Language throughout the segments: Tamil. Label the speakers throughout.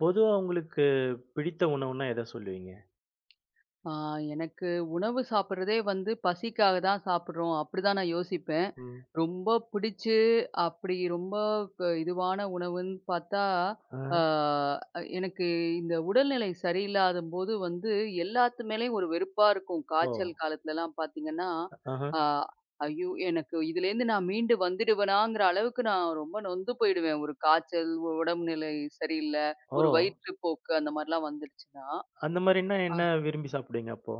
Speaker 1: பொதுவா உங்களுக்கு பிடித்த உணவுன்னா எத சொல்லுவீங்க?
Speaker 2: ஆ, எனக்கு உணவு சாப்பிடுறதே வந்து பசிக்காக தான் சாப்பிடுறோம். அப்படிதான் நான் யோசிப்பேன்.
Speaker 1: ம்.
Speaker 2: ரொம்ப பிடிச்சு, அப்படி ரொம்ப இதுவான உணவுன்னு பார்த்தா,
Speaker 1: ஆ.
Speaker 2: ஆ எனக்கு இந்த உடல்நிலை சரியில்லாதம்போது வந்து எல்லாத்து மேலயும் ஒரு வெறுப்பா இருக்கும்.
Speaker 1: ஓ!
Speaker 2: காய்ச்சல் காலத்துலலாம் பார்த்தீங்கன்னா,
Speaker 1: ஆஹ.
Speaker 2: ஆ ஐயோ! எனக்கு இதுலேருந்து நான் மீண்டு வந்துடுவேனாங்கிற அளவுக்கு நான் ரொம்ப நொந்து போயிடுவேன். ஒரு காய்ச்சல், உடம்பு நிலை சரியில்ல,
Speaker 1: ஓ!
Speaker 2: ஒரு வயிற்றுப்போக்கு அந்த மாரிலாம் வந்துடுச்சுன்னா.
Speaker 1: அந்த மாரின்னா
Speaker 2: ஆ
Speaker 1: என்ன விரும்பி சாப்பிடுவீங்க அப்போ?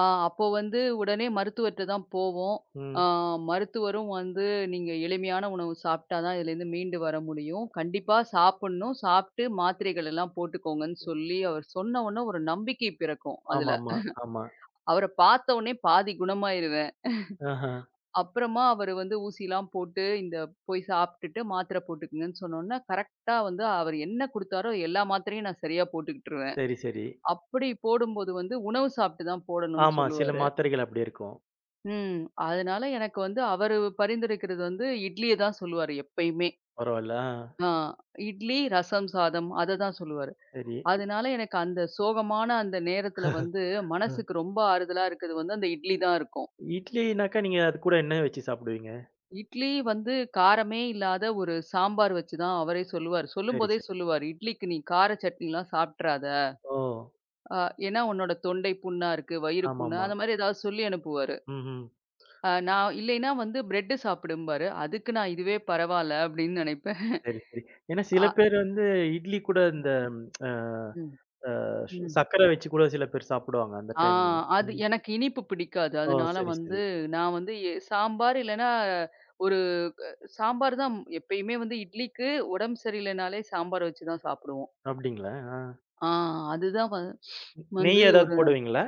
Speaker 2: ஆ அப்போ வந்து உடனே மருத்துவர்ட்ட தான் போவோம். ஆ
Speaker 1: ம்.
Speaker 2: மருத்துவரும் வந்து நீங்க எளிமையான உணவு சாப்பிட்டா தான் இதுலேருந்து மீண்டு வர முடியும். கண்டிப்பா சாப்பிடணும். சாப்பிட்டு மாத்திரைகள் எல்லாம் போட்டுக்கோங்கன்னு சொல்லி அவர் சொன்ன உடனே ஒரு நம்பிக்கை பிறக்கும் அதுல.
Speaker 1: ஆமாமா. ஆமா.
Speaker 2: அவர பார்த்த உடனே பாதி குணமாயிருவேன்.
Speaker 1: ஆஹ.
Speaker 2: அப்புறமா அவரு வந்து ஊசிலாம் போட்டு இந்த போய் சாப்பிட்டுட்டு மாத்திரை போட்டுக்கங்கன்னு சொன்னோனே, கரெக்ட்டா வந்து அவர் என்ன குடுத்தாரோ எல்லா மாத்திரையும் நான் சரியா போட்டுக்கிட்டுருவேன்.
Speaker 1: சரி, சரி.
Speaker 2: அப்படி போடும்போது வந்து உணவு சாப்பிட்டு தான் போடணும்னு
Speaker 1: ஆமா. சில
Speaker 2: சொல்லுவாரு.
Speaker 1: மாத்திரைகள் அப்படி இருக்கும்.
Speaker 2: ம். அதனால எனக்கு வந்து அவரு பரிந்துரைக்கிறது வந்து இட்லிய தான் சொல்லுவாரு எப்பயுமே.
Speaker 1: பரவால்ல. ஆ.
Speaker 2: ஆ இட்லி, ரசம், சாதம் அத தான் சொல்லுவாரு.
Speaker 1: சரி.
Speaker 2: அதனால எனக்கு அந்த சோகமான அந்த நேரத்துல வந்து
Speaker 1: அ.
Speaker 2: மனசுக்கு ரொம்ப ஆறுதலா இருக்கிறது வந்து அந்த இட்லி தான் இருக்கும்.
Speaker 1: இட்லினாக்கா நீங்க அது கூட என்ன வச்சு சாப்பிடுவீங்க?
Speaker 2: இட்லி வந்து காரமே இல்லாத ஒரு சாம்பார் வச்சு தான் அவரே சொல்லுவாரு.
Speaker 1: சரி,
Speaker 2: சொல்லும்போதே
Speaker 1: சரி.
Speaker 2: சொல்லுவாரு, "இட்லிக்கு நீ கார சட்னிலாம் சாப்பிட்றாத.
Speaker 1: ஓ!
Speaker 2: அ ஏன்னா உன்னோட தொண்டை புண்ணா இருக்கு, வயிறு புண்ணா"
Speaker 1: ஆமாமா.
Speaker 2: அந்த மாரி ஏதாவது சொல்லி அனுப்புவாரு.
Speaker 1: ம்ஹ்ம்.
Speaker 2: நான் இல்லைன்னா வந்து "பிரெட் சாப்பிடும்பாரு." அதுக்கு நான் இதுவே பரவால்ல அப்படின்னு நினைப்பேன்.
Speaker 1: சரி, சரி. ஏன்னா சில
Speaker 2: ஆ.
Speaker 1: பேர் வந்து இட்லி கூட இந்த அ
Speaker 2: ம், ம்,
Speaker 1: அ ச
Speaker 2: ம்.
Speaker 1: சர்க்கரை வச்சு கூட சில பேர் சாப்பிடுவாங்க அந்த
Speaker 2: ஆ
Speaker 1: டைம்ல.
Speaker 2: அது எனக்கு இனிப்பு பிடிக்காது.
Speaker 1: ஓ!
Speaker 2: அதனால
Speaker 1: சரி,
Speaker 2: வந்து
Speaker 1: சரி.
Speaker 2: நான் வந்து சாம்பார் இல்லன்னா ஒரு அ சாம்பார் தான் எப்பயுமே வந்து இட்லிக்கு உடம்பு சரியில்லைனாலே சாம்பார் வச்சு தான் சாப்பிடுவோம்.
Speaker 1: அப்டிங்களா? ஆ.
Speaker 2: ஆ அதுதான்
Speaker 1: நெய்
Speaker 2: வந்து
Speaker 1: ஏதாவது
Speaker 2: ஒரு
Speaker 1: போடுவீங்களா?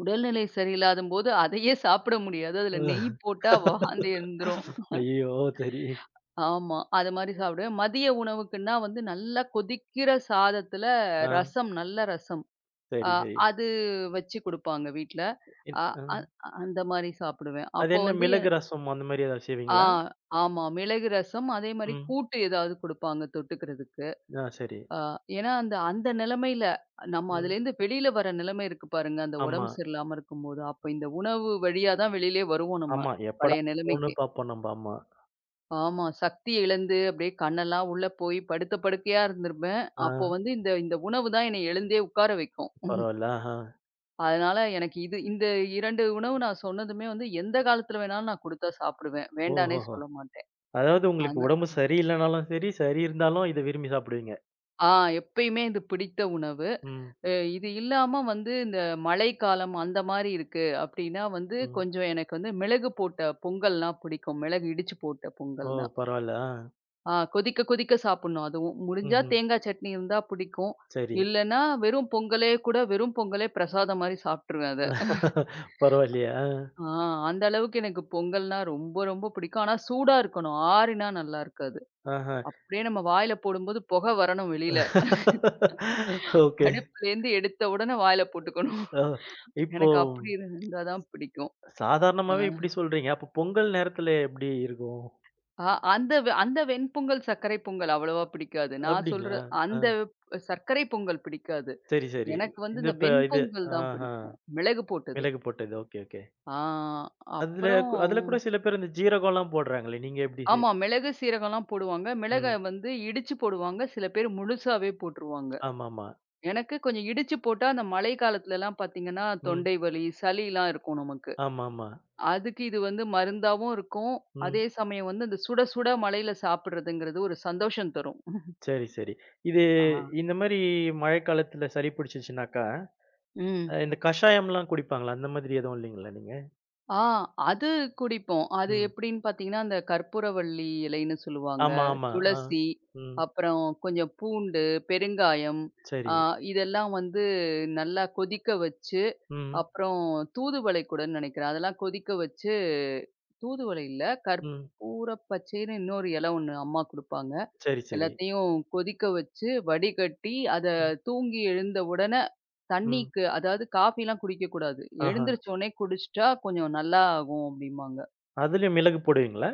Speaker 2: உடல்நிலை சரியில்லாதம்போது அதையே சாப்பிட முடியாது.
Speaker 1: ஓ!
Speaker 2: அதுல நெய் போட்டா வாந்தி எழுந்துரும்.
Speaker 1: ஐயய்யோ! சரி.
Speaker 2: ஆமா. அது மாரி சாப்பிடுவேன். மதிய உணவுக்குன்னா வந்து நல்லா கொதிக்கிற சாதத்துல
Speaker 1: ஆ.
Speaker 2: ரசம், நல்ல ரசம். அ
Speaker 1: சரி, சரி.
Speaker 2: அது வச்சு குடுப்பாங்க வீட்ல.
Speaker 1: என்
Speaker 2: அ
Speaker 1: அ
Speaker 2: அ அந்த மாரி சாப்பிடுவேன்.
Speaker 1: அது
Speaker 2: அப்போ
Speaker 1: என்ன
Speaker 2: வந்து எ
Speaker 1: மிளகு ரசம் அந்த மாரி ஏதாவது
Speaker 2: ஆ
Speaker 1: செய்வீங்களா?
Speaker 2: ஆமா. மிளகு ரசம், அதே மாரி
Speaker 1: ம்.
Speaker 2: கூட்டு ஏதாவது குடுப்பாங்க தொட்டுக்கிறதுக்கு.
Speaker 1: ஆ சரி.
Speaker 2: அ ஏன்னா அந்த அந்த நிலைமையில நம்ம
Speaker 1: ம்.
Speaker 2: அதுலேருந்து வெளியில வர நிலைமை இருக்கு பாருங்க, அந்த
Speaker 1: ஆமா,
Speaker 2: உடம்பு சரியில்லாம இருக்கும்போது. அப்போ இந்த உணவு வழியா தான் வெளியிலயே வருவோம் நம்ம,
Speaker 1: ஆமா. எப்படா
Speaker 2: பழைய
Speaker 1: போன்னு
Speaker 2: நிலைமைக்கு.
Speaker 1: பார்ப்போம் நம்ப. ஆமா.
Speaker 2: ஆமா. சக்தி இழந்து அப்படியே கண்ணெல்லாம் உள்ள போய் படுத்த படுக்கையா இருந்திருப்பேன்.
Speaker 1: ஆ
Speaker 2: அப்போ வந்து இந்த இந்த உணவு தான் என்னை எழுந்தே உட்கார வைக்கும்.
Speaker 1: பரவால்ல. ஆஹா.
Speaker 2: அதனால எனக்கு இது இந்த 2 உணவு நான் சொன்னதுமே வந்து எந்த காலத்துல வேணாலும் நான் குடுத்தா சாப்பிடுவேன். வேண்டான்னே
Speaker 1: ஓஹோஹோ!
Speaker 2: சொல்ல மாட்டேன்.
Speaker 1: அதாவது உங்களுக்கு
Speaker 2: ஆனா
Speaker 1: உடம்பு சரியில்லனாலும் சரி, சரி இருந்தாலும் இத விரும்பி சாப்பிடுவீங்க.
Speaker 2: ஆ எப்பயுமே இது பிடித்த உணவு.
Speaker 1: ம்,
Speaker 2: அ இது இல்லாம வந்து இந்த மழைக்காலம் அந்த மாரி இருக்கு அப்டின்னா வந்து
Speaker 1: ம்.
Speaker 2: கொஞ்சம் எனக்கு வந்து மிளகு போட்ட பொங்கல்னா பிடிக்கும். மிளகு இடிச்சு போட்ட
Speaker 1: ஓ!
Speaker 2: பொங்கல்னா.
Speaker 1: பரவால்ல. ஆ.
Speaker 2: கொதிக்க கொதிக்க சாப்பிடணும் அதுவும். முடிஞ்சா
Speaker 1: ம்ஹ்ம்.
Speaker 2: தேங்காய் சட்னி இருந்தா பிடிக்கும்.
Speaker 1: சரி.
Speaker 2: இல்லன்னா வெறும் பொங்கலே கூட வெறும் பொங்கலே பிரசாதம் மாரி சாப்ட்டுருவேன் அத.
Speaker 1: பரவாயில்லையே! ஆ.
Speaker 2: ஆ, அந்த அளவுக்கு எனக்கு பொங்கல்னா ரொம்ப, ரொம்ப பிடிக்கும். ஆனா சூடா இருக்கணும். ஆறினா நல்லா இருக்காது.
Speaker 1: ஆஹ.
Speaker 2: அப்படியே நம்ம வாயில போடும்போது புகை வரணும் வெளியில.
Speaker 1: ஓகே.
Speaker 2: அடுப்புலேருந்து எடுத்த உடனே வாயில போட்டுக்கணும்.
Speaker 1: ஆ. இப்போ
Speaker 2: எனக்கு அப்படி இருந்தா தான் பிடிக்கும். அ
Speaker 1: சாதாரணமாவே இப்படி சொல்றீங்க. அப்போ பொங்கல் நேரத்துல எப்படி இருக்கும்?
Speaker 2: அ அந்த அந்த வெண்பொங்கல், சர்க்கரை பொங்கல் அவ்வளவா பிடிக்காது. நான்
Speaker 1: அப்படிங்களா?
Speaker 2: சொல்ற
Speaker 1: ஆ.
Speaker 2: அந்த சர்க்கரை பொங்கல் பிடிக்காது.
Speaker 1: சரி, சரி.
Speaker 2: எனக்கு வந்து
Speaker 1: இந்த
Speaker 2: இந்த
Speaker 1: இப்ப இது
Speaker 2: வெண்பொங்கல் தான்
Speaker 1: ஆஹா.
Speaker 2: பிடிக்கும். மிளகு போட்டது.
Speaker 1: மிளகு போட்டது. Okay, okay.
Speaker 2: ஆ அப்புறம்
Speaker 1: அதுல கூட சில பேர் இந்த ஜீரகம்லாம் போடுறாங்களே. நீங்க எப்படி செய்
Speaker 2: ஆமா மிளகு, சீரகம்லாம் போடுவாங்க. மிளக
Speaker 1: ம்.
Speaker 2: வந்து இடிச்சு போடுவாங்க. சில பேர் முழுசாவே போட்டுருவாங்க.
Speaker 1: ஆமாமா.
Speaker 2: எனக்கு கொஞ்சம் இடிச்சு போட்டா, அந்த மழை காலத்துலலாம் பார்த்தீங்கன்னா,
Speaker 1: ம்.
Speaker 2: தொண்டை வலி, சளிலாம் இருக்கும் நமக்கு.
Speaker 1: ஆமாமா.
Speaker 2: அதுக்கு இது வந்து மருந்தாவும் இருக்கும்.
Speaker 1: ம்.
Speaker 2: அதே சமயம் வந்து அந்த சுட சுட மழையில சாப்பிடுறதுங்கிறது ஒரு சந்தோஷம் தரும்.
Speaker 1: சரி, சரி. இது
Speaker 2: ஆ.
Speaker 1: இந்த மாரி மழைக்காலத்துல சளி பிடிச்சிச்சுனாக்கா,
Speaker 2: ம்.
Speaker 1: இந்த கஷாயம்லாம் குடிப்பாங்கல்ல, அந்த மாதிரி எதுவும் இல்லைங்களா நீங்க?
Speaker 2: ஆ அது குடிப்போம். அது
Speaker 1: ம்.
Speaker 2: எப்படின்னு பார்த்தீங்கன்னா, அந்த கற்பூரவள்ளி இலைன்னு சொல்லுவாங்க.
Speaker 1: ஆமா, ஆமா. ஆ.
Speaker 2: துளசி,
Speaker 1: ம்.
Speaker 2: அப்புறம் கொஞ்சம் பூண்டு, பெருங்காயம்,
Speaker 1: சரி.
Speaker 2: ஆ இதெல்லாம் வந்து நல்லா கொதிக்க வச்சு
Speaker 1: ம்.
Speaker 2: அப்புறம் தூதுவளை கூடன்னு நினைக்கிறேன். அதெல்லாம் கொதிக்க வச்சு தூதுவளை இல்ல,
Speaker 1: ம்.
Speaker 2: கற்பூர பச்சைன்னு இன்னொரு இலை ஒண்ணு அம்மா குடுப்பாங்க.
Speaker 1: சரி, சரி.
Speaker 2: எல்லாத்தையும் கொதிக்க வச்சு, வடிகட்டி, அத
Speaker 1: ம்.
Speaker 2: தூங்கி எழுந்த உடனே
Speaker 1: ம்.
Speaker 2: தண்ணிக்கு அதாவது காஃபிலாம் குடிக்கக்கூடாது.
Speaker 1: ஆஹா.
Speaker 2: எழுந்திரிச்ச உடனே குடிச்சுட்டா கொஞ்சம் நல்லா ஆகும் அப்டிம்பாங்க.
Speaker 1: அதுலயும் மிளகு போடுவீங்களா?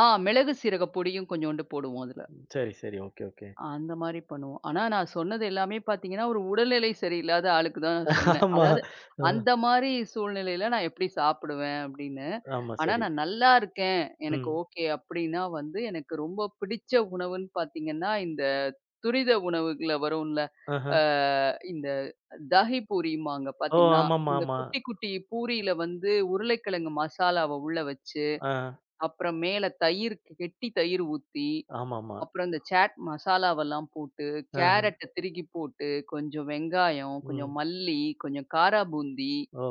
Speaker 2: மிளகு சீரக பொடியும் கொஞ்சோண்டு போடுவோம் அதுல.
Speaker 1: சரி, சரி. Okay, okay.
Speaker 2: அந்த மாரி பண்ணுவோம். ஆனா நான் சொன்னது எல்லாமே பார்த்தீங்கன்னா, ஒரு உடல்நிலை சரியில்லாத ஆளுக்கு தான் நான் சொன்னேன்.
Speaker 1: ஆமா.
Speaker 2: அதாவது
Speaker 1: அ.
Speaker 2: அந்த மாரி சூழ்நிலையில நான் எப்படி சாப்பிடுவேன் அப்படின்னு.
Speaker 1: ஆமா.
Speaker 2: ஆனா
Speaker 1: சரி.
Speaker 2: நான் நல்லா இருக்கேன், எனக்கு
Speaker 1: ம்.
Speaker 2: ஓகே அப்படின்னா வந்து எனக்கு ரொம்ப பிடிச்ச உணவுன்னு பார்த்தீங்கன்னா, இந்த துரித உணவுகள்ல வரும்ல.
Speaker 1: ஆஹா.
Speaker 2: ஆ இந்த தாஹி பூரிம்பாங்க
Speaker 1: ஓ!
Speaker 2: பார்த்தீங்கன்னா,
Speaker 1: ஆமாமா,
Speaker 2: இந்த
Speaker 1: ஆமா.
Speaker 2: குட்டி குட்டி பூரியில வந்து உருளைக்கிழங்கு மசாலாவ உள்ள வச்சு,
Speaker 1: ஆ.
Speaker 2: அப்புறம் மேல தயிர் கெட்டி தயிர் ஊத்தி
Speaker 1: ஆமாமா.
Speaker 2: அப்புறம் இந்த சாட் மசாலாவெல்லாம் போட்டு,
Speaker 1: ஆஹா.
Speaker 2: கேரட்ட திருகி போட்டு, கொஞ்சம் வெங்காயம், கொஞ்சம்
Speaker 1: ம்.
Speaker 2: மல்லி, கொஞ்சம் காரா பூந்தி,
Speaker 1: ஓ!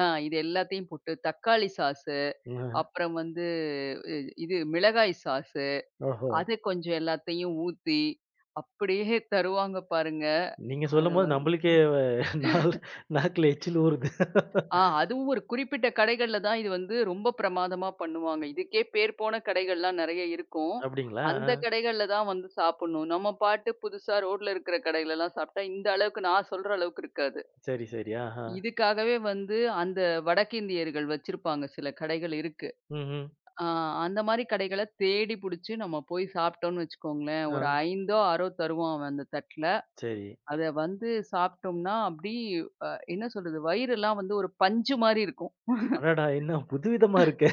Speaker 2: இது எல்லாத்தையும் போட்டு தக்காளி சாஸு,
Speaker 1: ம்.
Speaker 2: அப்புறம் வந்து இ இது மிளகாய் சாஸு,
Speaker 1: ஓஹோ!
Speaker 2: அது கொஞ்சம் எல்லாத்தையும் ஊத்தி, அப்படியே தருவாங்க பாருங்க.
Speaker 1: நீங்க
Speaker 2: அது
Speaker 1: சொல்லும்போது நம்மளுக்கே நால் நாக்குல எச்சில் ஊறுது.
Speaker 2: அதுவும் ஒரு குறிப்பிட்ட கடைகள்ல தான் இது வந்து ரொம்ப பிரமாதமா பண்ணுவாங்க. இதுக்கே பேர் போன கடைகள்லாம் நெறைய இருக்கும்.
Speaker 1: அப்டிங்களா? ஆ.
Speaker 2: அந்த கடைகள்ல தான் வந்து சாப்புட்ணும். நம்ம பாட்டு புதுசா ரோட்ல இருக்கிற கடையிலலாம் சாப்ட்டா, இந்த அளவுக்கு நான் சொல்ற அளவுக்கு இருக்காது.
Speaker 1: சரி, சரி. ஆஹா.
Speaker 2: இதுக்காகவே வந்து அந்த வடக்கிந்தியர்கள் வச்சிருப்பாங்க சில கடைகள் இருக்கு.
Speaker 1: ம்ஹ்ம்.
Speaker 2: ஆ அந்த மாரி கடைகள தேடி புடிச்சு நம்ம போய் சாப்ட்டோம்னு வச்சுக்கோங்களேன்,
Speaker 1: ஆ.
Speaker 2: ஒரு 5ஓ 6ஓ தருவான் அவன் அந்த தட்ல.
Speaker 1: சரி.
Speaker 2: அத வந்து சாப்ட்டோம்னா, அப்டி அ என்ன சொல்றது? வயிறெல்லாம் வந்து ஒரு பஞ்சு மாரி இருக்கும்.
Speaker 1: அடடா! என்ன புதுவிதமா இருக்கே!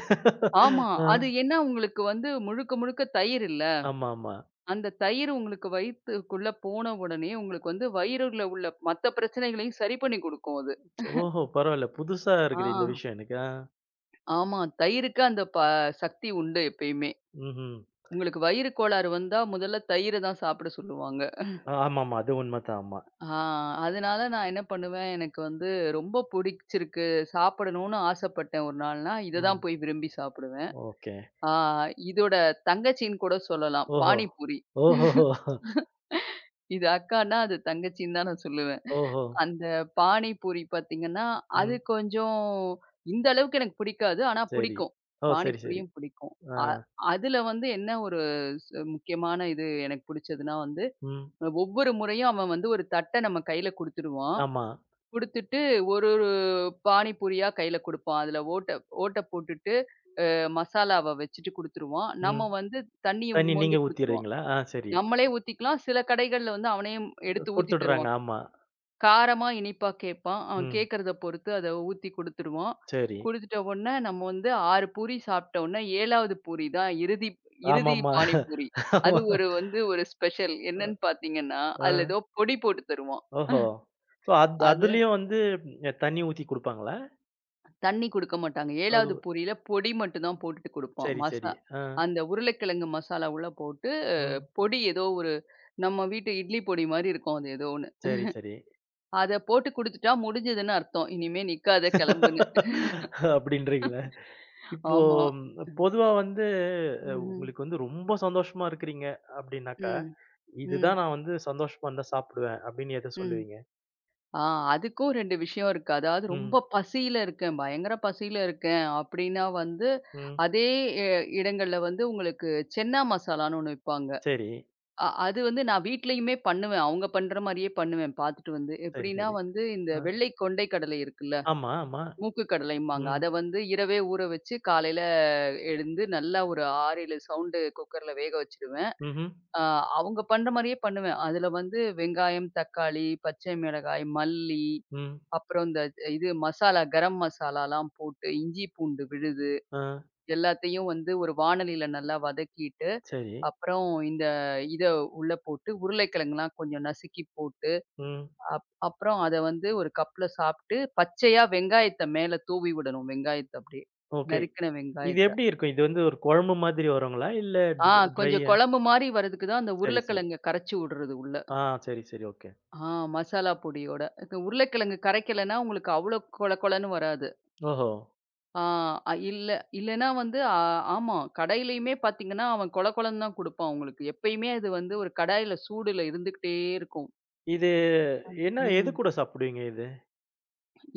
Speaker 2: ஆமா.
Speaker 1: ஆ.
Speaker 2: அது ஏன்னா உங்களுக்கு வந்து முழுக்க, முழுக்க தயிர் இல்ல.
Speaker 1: ஆமாமா.
Speaker 2: அந்த தயிர் உங்களுக்கு வயித்துக்குள்ள போன உடனே, உங்களுக்கு வந்து வயிறுல உள்ள மத்த பிரச்சனைகளையும் சரி பண்ணி குடுக்கும் அது.
Speaker 1: ஓஹோ! பரவால்ல. புதுசா
Speaker 2: ஆ,
Speaker 1: இருக்குது இந்த விஷயம் எனக்கு. ஆ.
Speaker 2: ஆமா. தயிருக்கு அந்த சக்தி உண்டு எப்பயுமே.
Speaker 1: ம்ஹ்ம்.
Speaker 2: உங்களுக்கு வயிறு கோளாறு வந்தா முதல்ல தயிர தான் சாப்பிட சொல்லுவாங்க.
Speaker 1: ஆ ஆமாமா. அது உண்மதான். ஆமா.
Speaker 2: ஆ அதனால நான் என்ன பண்ணுவேன், எனக்கு வந்து ரொம்ப புடிச்சிருக்கு, சாப்பிடணும்னு ஆசைப்பட்டேன் ஒரு நாள்னா, இத தான்
Speaker 1: ம்.
Speaker 2: போய் விரும்பி சாப்பிடுவேன்.
Speaker 1: ஓகே.
Speaker 2: ஆ இதோட தங்கச்சின்னு கூட சொல்லலாம்.
Speaker 1: ஓஹோ!
Speaker 2: பானிபூரி.
Speaker 1: ஓஹோஹோ!
Speaker 2: இது அக்கான்னா, அது தங்கச்சின்னு தான் நான் சொல்லுவேன்.
Speaker 1: ஓஹோ!
Speaker 2: அந்த பானி பூரி பார்த்தீங்கன்னா, அது
Speaker 1: ம்.
Speaker 2: கொஞ்சம் இந்த அளவுக்கு எனக்கு பிடிக்காது. ஆனா
Speaker 1: சரி.
Speaker 2: பிடிக்கும்.
Speaker 1: ஓ!
Speaker 2: பானி
Speaker 1: சரி, சரி.
Speaker 2: பூரியும் பிடிக்கும்.
Speaker 1: ஆ.
Speaker 2: அ அதுல வந்து என்ன ஒரு முக்கியமான இது எனக்கு பிடிச்சதுன்னா வந்து,
Speaker 1: ம்.
Speaker 2: ஒவ்வொரு முறையும் அவன் வந்து ஒரு தட்ட நம்ம கையில குடுத்துருவான்.
Speaker 1: ஆமா.
Speaker 2: குடுத்துட்டு ஒரு ஒரு பானி பூரியா கையில குடுப்பான். அதுல ஓட்ட ஓட்ட போட்டுட்டு, அ மசாலாவ வச்சுட்டு குடுத்துருவான்.
Speaker 1: ம்.
Speaker 2: நம்ம வந்து தண்ணிய
Speaker 1: தண்ணி
Speaker 2: மோந்து
Speaker 1: நீங்க
Speaker 2: குடுத்துருவோம்.
Speaker 1: ஊத்திர்றீங்களா? ஆ சரி.
Speaker 2: நம்மளே ஊத்திக்கலாம். சில கடைகள்ல வந்து அவனே எடுத்து ஊத்தி
Speaker 1: குடுத்துடுறாங்க.
Speaker 2: தருவான்.
Speaker 1: ஆமா.
Speaker 2: காரமா, இனிப்பா கேட்பான். அவன்
Speaker 1: ம்.
Speaker 2: கேட்கிறத பொறுத்து அத ஊத்தி குடுத்துருவோம்.
Speaker 1: சரி.
Speaker 2: குடுத்துட்ட உடனே நம்ம வந்து 6 பூரி சாப்பிட்ட உடனே 7வது பூரி தான் இறுதி இறுதி
Speaker 1: ஆமாமா.
Speaker 2: பானிபூரி.
Speaker 1: ஆமா.
Speaker 2: அது ஒரு வந்து ஒரு ஸ்பெஷல். என்னன்னு பார்த்தீங்கன்னா,
Speaker 1: ஆ.
Speaker 2: அதுல ஏதோ பொடி போட்டு தருவான்.
Speaker 1: ஓஹோ! ஸோ
Speaker 2: அது
Speaker 1: அதுலயும் வந்து தண்ணி ஊத்தி குடுப்பாங்களா?
Speaker 2: தண்ணி குடுக்க மாட்டாங்க.
Speaker 1: அது
Speaker 2: 7வது பூரியில பொடி மட்டும் தான் போட்டுட்டு குடுப்பான்.
Speaker 1: சரி, சரி. ஆ.
Speaker 2: அந்த உருளைக்கிழங்கு மசாலா உள்ள போட்டு,
Speaker 1: ம்.
Speaker 2: பொடி ஏதோ ஒரு நம்ம வீட்டு இட்லி பொடி மாரி இருக்கும் அது ஏதோ ஒண்ணு.
Speaker 1: சரி, சரி.
Speaker 2: அத போட்டு குடுத்துட்டா முடிஞ்சதுன்னு அர்த்தம். இனிமே நிக்காத கிளம்புன்னு.
Speaker 1: அப்படின்றீங்களா? இப்போ
Speaker 2: ஆமா.
Speaker 1: ம், பொதுவா வந்து
Speaker 2: ம்ஹ்ம்.
Speaker 1: உங்களுக்கு வந்து ரொம்ப சந்தோஷமா இருக்கிறீங்க அப்படின்னாக்கா,
Speaker 2: ம். ம்.
Speaker 1: இதுதான் நான் வந்து சந்தோஷமா இருந்தா சாப்பிடுவேன் அப்படின்னு எத
Speaker 2: ம்.
Speaker 1: சொல்லுவீங்க?
Speaker 2: ஆ அதுக்கும் 2 விஷயம் இருக்கு. அதாவது
Speaker 1: ம்,
Speaker 2: ரொம்ப பசியில இருக்கேன், பயங்கர பசியில இருக்கேன் அப்படின்னா வந்து,
Speaker 1: ம்.
Speaker 2: அதே எ இடங்கள்ல வந்து உங்களுக்கு சென்னா மசாலான்னு ஒண்ணு விப்பாங்க.
Speaker 1: சரி,
Speaker 2: அது வந்து நான் வீட்லயுமே பண்ணுவேன். அவங்க பண்ற மாரியே பண்ணுவேன் பார்த்துட்டு வந்து.
Speaker 1: சரி,
Speaker 2: எப்படின்னா
Speaker 1: சரி.
Speaker 2: வந்து இந்த
Speaker 1: அ.
Speaker 2: வெள்ளை கொண்டை கடலை இருக்குல்ல,
Speaker 1: ஆமா, ஆமா.
Speaker 2: மூக்கு கடலைம்பாங்க.
Speaker 1: ம்,
Speaker 2: அத வந்து இரவே ஊற வச்சு, காலையில எழுந்து நல்லா ஒரு 6, 7 சவுண்டு குக்கர்ல வேக வச்சுடுவேன்.
Speaker 1: ம்ஹ்ம்.
Speaker 2: ஆ அவங்க பண்ற மாரியே பண்ணுவேன். அதுல வந்து வெங்காயம், தக்காளி, பச்சை மிளகாய், மல்லி,
Speaker 1: ம்.
Speaker 2: அப்புறம் இந்த மசாலா, கரம் மசாலாலாம் போட்டு, இஞ்சி, பூண்டு விழுது
Speaker 1: ஆ.
Speaker 2: எல்லாத்தையும் வந்து ஒரு வாணலில நல்லா வதக்கிட்டு,
Speaker 1: சரி.
Speaker 2: அப்புறம் இந்த இத உள்ள போட்டு உருளைக்கிழங்குலாம் கொஞ்சம் நசுக்கி போட்டு,
Speaker 1: ம்.
Speaker 2: அப்புறம் அத வந்து ஒரு கப்ல சாப்ட்டு, பச்சையா வெங்காயத்த மேல தூவி விடணும். வெங்காயத்த அப்டியே.
Speaker 1: ஓகே.
Speaker 2: நறுக்குன
Speaker 1: இது
Speaker 2: வெங்காயத்த.
Speaker 1: எப்படி இருக்கும்? இது வந்து ஒரு குழம்பு மாதிரி வருங்களா? இல்ல
Speaker 2: ஆ கொஞ்சம்
Speaker 1: ட்ரையா?
Speaker 2: குழம்பு மாரி வர்றதுக்கு தான் அந்த
Speaker 1: சரி, சரி.
Speaker 2: உருளைக்கிழங்க கரைச்சு விடுறது உள்ள.
Speaker 1: ஆ சரி, சரி. ஓகே.
Speaker 2: ஆ மசாலா பொடியோட. உருளைக்கிழங்கு கரைக்கலன்னா, உங்களுக்கு அவ்ளோ கொழ கொழன்னு வராது.
Speaker 1: ஓஹோ!
Speaker 2: ஆ அ இல்ல இல்லன்னா வந்து ஆமா. கடையிலயுமே பார்த்தீங்கன்னா, அவன் கொழ கொழன்னு தான் குடுப்பான் உங்களுக்கு. எப்பயுமே அது வந்து ஒரு கடாயில சூடுல இருந்துகிட்டே இருக்கும்.
Speaker 1: இது என்ன எது
Speaker 2: ம்.
Speaker 1: கூட சாப்பிடுவீங்க இத?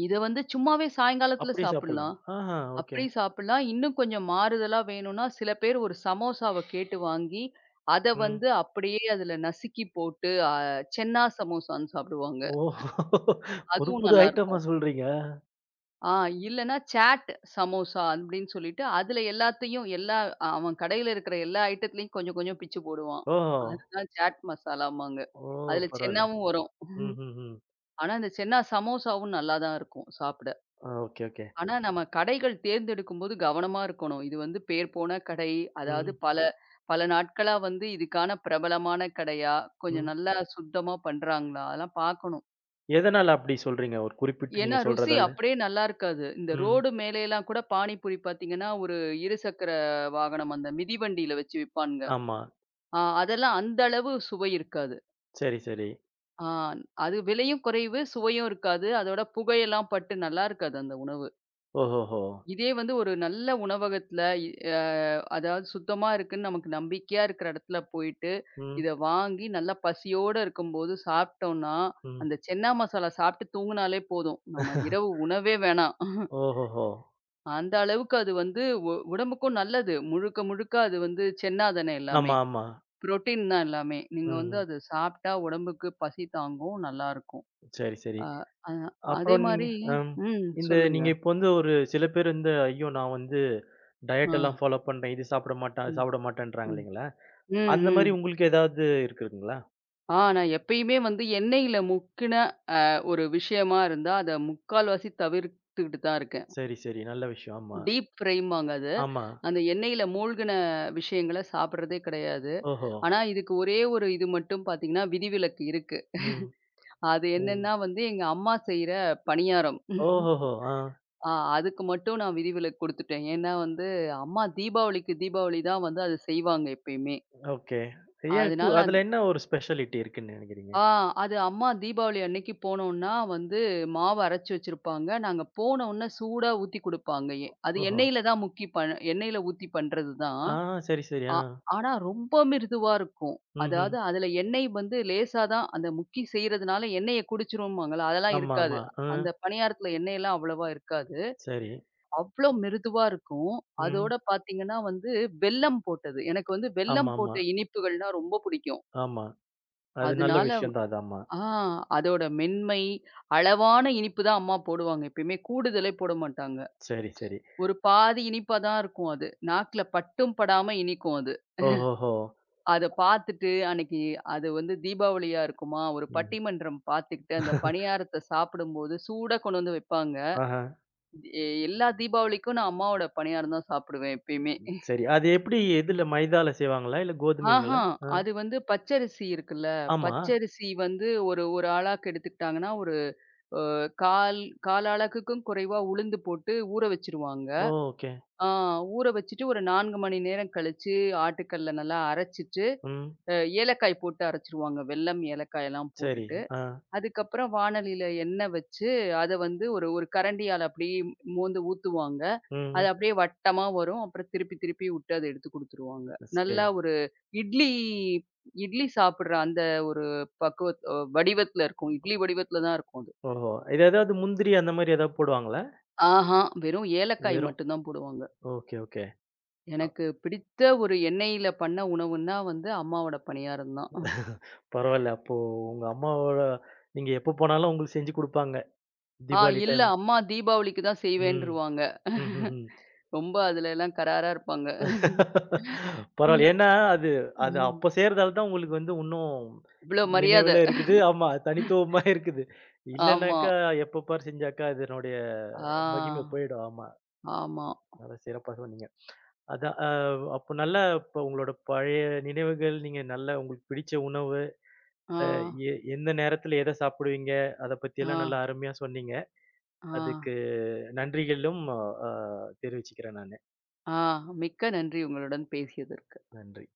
Speaker 2: இத வந்து சும்மாவே சாயங்காலத்துல
Speaker 1: அப்படியே சாப்பிடலாம்.
Speaker 2: சாப்பிடலாம்.
Speaker 1: ஆஹா! ஓகே.
Speaker 2: அப்படி சாப்பிடலாம். இன்னும் கொஞ்சம் மாறுதலா வேணும்னா, சில பேர் ஒரு சமோசாவ கேட்டு வாங்கி, அத
Speaker 1: ம்.
Speaker 2: வந்து அப்படியே அதுல நசுக்கி போட்டு, சென்னா சமோசான்னு சாப்பிடுவாங்க.
Speaker 1: ஓ! புது
Speaker 2: அதுவும்
Speaker 1: புது ஐட்டமா
Speaker 2: நல்லாருக்கும்.
Speaker 1: சொல்றீங்க.
Speaker 2: ஆ இல்லன்னா சாட் சமோசா அப்படின்னு சொல்லிட்டு அதுல எல்லாத்தையும் அவன் கடையில இருக்கிற எல்லா ஐட்டத்துலயும் கொஞ்சம் கொஞ்சம் பிச்சு போடுவான்.
Speaker 1: ஓஹோ!
Speaker 2: அதுதான் சாட் மசாலாம்பாங்க.
Speaker 1: ஓ!
Speaker 2: அதுல
Speaker 1: பரவாயில்ல.
Speaker 2: சென்னாவும் வரும்.
Speaker 1: ம்ஹ்ஹ்ம்.
Speaker 2: ஆனா அந்த சென்னா சமோசாவும் நல்லா தான் இருக்கும் சாப்பிட.
Speaker 1: ஆ ஓகே, ஓகே.
Speaker 2: ஆனா நம்ம கடைகள் தேர்ந்தெடுக்கும்போது கவனமா இருக்கணும். இது வந்து பேர் போன கடை, அதாவது
Speaker 1: ம்,
Speaker 2: பல பல நாட்களா வந்து இதுக்கான பிரபலமான கடையா, கொஞ்சம்
Speaker 1: ம்.
Speaker 2: நல்லா சுத்தமா பண்றாங்களா? அதெல்லாம் பார்க்கணும்.
Speaker 1: எதனால அப்படி சொல்றீங்க? ஒரு குறிப்பிட்டு
Speaker 2: ஏன்னா,
Speaker 1: நீங்க
Speaker 2: ருசி
Speaker 1: சொல்றதால?
Speaker 2: அப்படியே நல்லா இருக்காது. இந்த
Speaker 1: ம்.
Speaker 2: ரோடு மேலேலாம் கூட பானிபூரி பார்த்தீங்கன்னா, ஒரு இருசக்கர வாகனம் அந்த மிதிவண்டியில வச்சு விப்பானுங்க.
Speaker 1: ஆமா.
Speaker 2: அதெல்லாம் அந்த அளவு சுவை இருக்காது.
Speaker 1: சரி, சரி.
Speaker 2: ஆ அது விலையும் குறைவு, சுவையும் இருக்காது. அதோட புகையெல்லாம் பட்டு நல்லா இருக்காது அந்த உணவு.
Speaker 1: ஓஹோஹோ!
Speaker 2: இதே வந்து ஒரு நல்ல உணவகத்தில இ அ அதாவது சுத்தமா இருக்குன்னு நமக்கு நம்பிக்கையா இருக்கிற இடத்துல போயிட்டு,
Speaker 1: ம்,
Speaker 2: இத வாங்கி நல்லா பசியோட இருக்கும்போது சாப்பிட்டோம்னா,
Speaker 1: ம்.
Speaker 2: அந்த சென்னா மசாலா சாப்பிட்டு தூங்குனாலே போதும். நம்ம இரவு உணவே வேணாம்.
Speaker 1: ஓஹோஹோ!
Speaker 2: அந்த அளவுக்கு அது வந்து உடம்புக்கும் நல்லது. முழுக்க, முழுக்க அது வந்து சென்னா தானே எல்லாமே.
Speaker 1: ஆமா, ஆமா.
Speaker 2: புரோட்டீன் தான் எல்லாமே. நீங்க வந்து
Speaker 1: ம்ஹ்ம்.
Speaker 2: அது சாப்பிட்டா உடம்புக்கு பசி தாங்கும். நல்லாருக்கும்.
Speaker 1: சரி, சரி.
Speaker 2: அ அ அதே
Speaker 1: அப்புறம் நீங்க
Speaker 2: மாரி
Speaker 1: அம்
Speaker 2: ம்.
Speaker 1: இந்த
Speaker 2: சொல்லுங்க.
Speaker 1: நீங்க இப்போ வந்து ஒரு சில பேர் வந்து, ஐயோ! நான் வந்து
Speaker 2: ஆ.
Speaker 1: டயட் எல்லாம் ஃபாலோ பண்றேன். இது சாப்பிட மாட்டேன், அது
Speaker 2: ம்,
Speaker 1: சாப்பிட மாட்டேன்றாங்க
Speaker 2: ம்.
Speaker 1: இல்லைங்களா?
Speaker 2: ம்,
Speaker 1: அந்த மாரி
Speaker 2: ம்.
Speaker 1: உங்களுக்கு ஏதாவது இருக்குதுங்களா?
Speaker 2: நான் எப்பயுமே வந்து எண்ணெயில முக்கின ஒரு விஷயமா இருந்தா, அத முக்கால்வாசி தவிர்த்துக்கிட்டு தான் இருக்கேன்.
Speaker 1: சரி, சரி. நல்ல விஷயம். ஆமா.
Speaker 2: டீப் ஃப்ரைம்பாங்க அத.
Speaker 1: ஆமா.
Speaker 2: அந்த எண்ணெயில மூழ்கின விஷயங்கள சாப்பிடுறதே கிடையாது.
Speaker 1: ஓஹோ!
Speaker 2: ஆனா, இதுக்கு ஒரே ஒரு இது மட்டும் பார்த்தீங்கன்னா, விதிவிலக்கு இருக்கு.
Speaker 1: ம்.
Speaker 2: அது
Speaker 1: ம்.
Speaker 2: என்னன்னா வந்து, எங்க அம்மா செய்ற பணியாரம்.
Speaker 1: ஓஹோஹோ! ஆ.
Speaker 2: ஆ அதுக்கு மட்டும் நான் விதிவிலக்கு குடுத்துட்டேன். ஏன்னா வந்து, அம்மா தீபாவளிக்கு தீபாவளி தான் வந்து அது செய்வாங்க எப்பயுமே.
Speaker 1: ஓகே. ஏன்
Speaker 2: அதனால
Speaker 1: அதுல
Speaker 2: அந்த-
Speaker 1: என்ன ஒரு ஸ்பெஷாலிட்டி இருக்குன்னு நெனைக்கிறீங்க?
Speaker 2: ஆ அது அம்மா தீபாவளி அன்னைக்கு போனோம்னா வந்து, மாவு அரைச்சு வச்சிருப்பாங்க. நாங்க போனவுன்ன சூடா ஊத்தி குடுப்பாங்க. அது
Speaker 1: ஓஹோ!
Speaker 2: எண்ணெயில தான் முக்கி பண் எண்ணெயில ஊத்தி பண்றது தான்.
Speaker 1: ஆ சரி, சரி.
Speaker 2: ஆ
Speaker 1: ஆ.
Speaker 2: ஆனா ரொம்ப மிருதுவா இருக்கும்.
Speaker 1: ம்ஹ்ம்.
Speaker 2: அதாவது அதுல எண்ணெய் வந்து லேசா தான் அந்த முக்கி செய்றதுனால எண்ணெய குடிச்சுரும்பாங்கல்ல, அதெல்லாம்
Speaker 1: ஆமா,
Speaker 2: இருக்காது.
Speaker 1: ஆமா. ஆ.
Speaker 2: அந்த பணியாரத்துல எண்ணெயெல்லாம் அவ்வளவா இருக்காது.
Speaker 1: சரி.
Speaker 2: அவ்ளோ மிருதுவா இருக்கும்.
Speaker 1: ம்.
Speaker 2: அதோட பார்த்தீங்கன்னா வந்து வெல்லம் போட்டது. எனக்கு வந்து வெல்லம்
Speaker 1: ஆமாமா.
Speaker 2: போட்ட இனிப்புகள்னா ரொம்ப பிடிக்கும்.
Speaker 1: ஆமா. ஆமா. அது நல்ல
Speaker 2: அதனால
Speaker 1: விஷயம் தான் அது. ஆமா.
Speaker 2: ஆ அதோட மென்மை, அளவான இனிப்பு தான் அம்மா போடுவாங்க. எப்பயுமே கூடுதலே போட மாட்டாங்க.
Speaker 1: சரி, சரி.
Speaker 2: ஒரு பாதி இனிப்பா தான் இருக்கும் அது. நாக்குல பட்டும் படாம இனிக்கும் அது.
Speaker 1: ஓஹோஹோ!
Speaker 2: அத பாத்துட்டு அன்னைக்கு அது வந்து தீபாவளியா இருக்குமா, ஒரு
Speaker 1: ம்.
Speaker 2: பட்டிமன்றம் பாத்துக்கிட்டு, அந்த பணியாரத்த சாப்பிடும்போது சூடா கொண்டு வந்து வைப்பாங்க.
Speaker 1: ஆஹா.
Speaker 2: எல்லா தீபாவளிக்கும் நான் அம்மாவோட பணியாரம் தான் சாப்பிடுவேன் எப்பயுமே.
Speaker 1: சரி. அது எப்படி
Speaker 2: ம்.
Speaker 1: எதுல மைதால செய்வாங்களா? இல்ல கோதுமைங்களா?
Speaker 2: ஆஹா,
Speaker 1: ஆ.
Speaker 2: அது வந்து பச்சரிசி இருக்குல்ல,
Speaker 1: ஆமா.
Speaker 2: பச்சரிசி வந்து ஒரு ஒரு ஆளாக்கு எடுத்துக்கிட்டாங்கன்னா, ஒரு அ கால் கால் ஆளாக்குக்கும் குறைவா உளுந்து போட்டு ஊற வச்சுருவாங்க.
Speaker 1: ஓ! ஓகே.
Speaker 2: ஆ ஊற வச்சுட்டு ஒரு 4 மணி நேரம் கழிச்சு ஆட்டுக்கல்ல நல்லா அரைச்சுட்டு,
Speaker 1: ம்.
Speaker 2: அ ஏலக்காய் போட்டு அரைச்சுருவாங்க. வெல்லம், ஏலக்காய் எல்லாம்
Speaker 1: சரி.
Speaker 2: போட்டுட்டு.
Speaker 1: ஆ.
Speaker 2: அதுக்கப்புறம் வானலியில எண்ணெய் வச்சு, அத வந்து ஒரு ஒரு கரண்டியால அப்படியே மோந்து ஊத்துவாங்க. அது
Speaker 1: ம்.
Speaker 2: அப்படியே வட்டமா வரும். அப்புறம் திருப்பி திருப்பி விட்டு அத எடுத்து குடுத்துருவாங்க.
Speaker 1: சரி.
Speaker 2: நல்லா ஒரு இட்லி இட்லி சாப்பிடுற அந்த ஒரு பக்குவத் அ வடிவத்துல இருக்கும். இட்லி வடிவத்துல தான் இருக்கும் அது.
Speaker 1: ஓஹோ! இது ஏதாவது முந்திரி அந்த மாரி ஏதாவது போடுவாங்களா?
Speaker 2: ஆஹா! வெறும் ஏலக்காய்
Speaker 1: வெறும்.
Speaker 2: மட்டும் தான் போடுவாங்க.
Speaker 1: Okay, okay.
Speaker 2: எனக்கு பிடித்த ஒரு எண்ணெயில பண்ண உணவுன்னா வந்து அம்மாவோட பணியாரம் தான்.
Speaker 1: அப் பரவால்ல. அப்போ உங்க அம்மாவோட நீங்க எப்ப போனாலும் உங்களுக்கு செஞ்சு குடுப்பாங்க.
Speaker 2: ஆ
Speaker 1: தீபாவளி
Speaker 2: இல்ல
Speaker 1: டைம்.
Speaker 2: அம்மா தீபாவளிக்கு தான்
Speaker 1: ம்.
Speaker 2: செய்வேன்ருவாங்க.
Speaker 1: ம்ஹ்ஹ்ம்.
Speaker 2: ரொம்ப அதுல எல்லாம் கராரா இருப்பாங்க.
Speaker 1: பரவால்ல.
Speaker 2: ம்.
Speaker 1: ஏன்னா, அது அது அப்ப
Speaker 2: ம்.
Speaker 1: செய்றதால தான் உங்களுக்கு வந்து உன்னும்
Speaker 2: இவ்ளோ மரியாத.
Speaker 1: நினைவுல இருக்குது. ஆமா. தனித்துவமா இருக்குது.
Speaker 2: ஆமா.
Speaker 1: இல்லனாக்கா எப்ப பாரு செஞ்சாக்கா அதனுடைய மகிமை
Speaker 2: ஆ,
Speaker 1: போயிடும். ஆமா.
Speaker 2: ஆமா.
Speaker 1: நல்லா சிறப்பா சொன்னீங்க. அதான். அப்போ நல்லா இப்ப உங்களோட பழைய நினைவுகள், நீங்க நல்லா உங்களுக்கு பிடிச்ச உணவு,
Speaker 2: ஆ,
Speaker 1: அ எ எந்த நேரத்தில எத சாப்பிடுவீங்க? அத
Speaker 2: ஆ,
Speaker 1: பத்தியெல்லாம் நல்லா அருமையா சொன்னீங்க.
Speaker 2: ஆ,
Speaker 1: அதுக்கு நன்றிகளும் அ தெரிவிச்சுக்கிறேன் நானு.
Speaker 2: ஆ. மிக்க நன்றி உங்களுடன் பேசியதற்கு.
Speaker 1: நன்றி.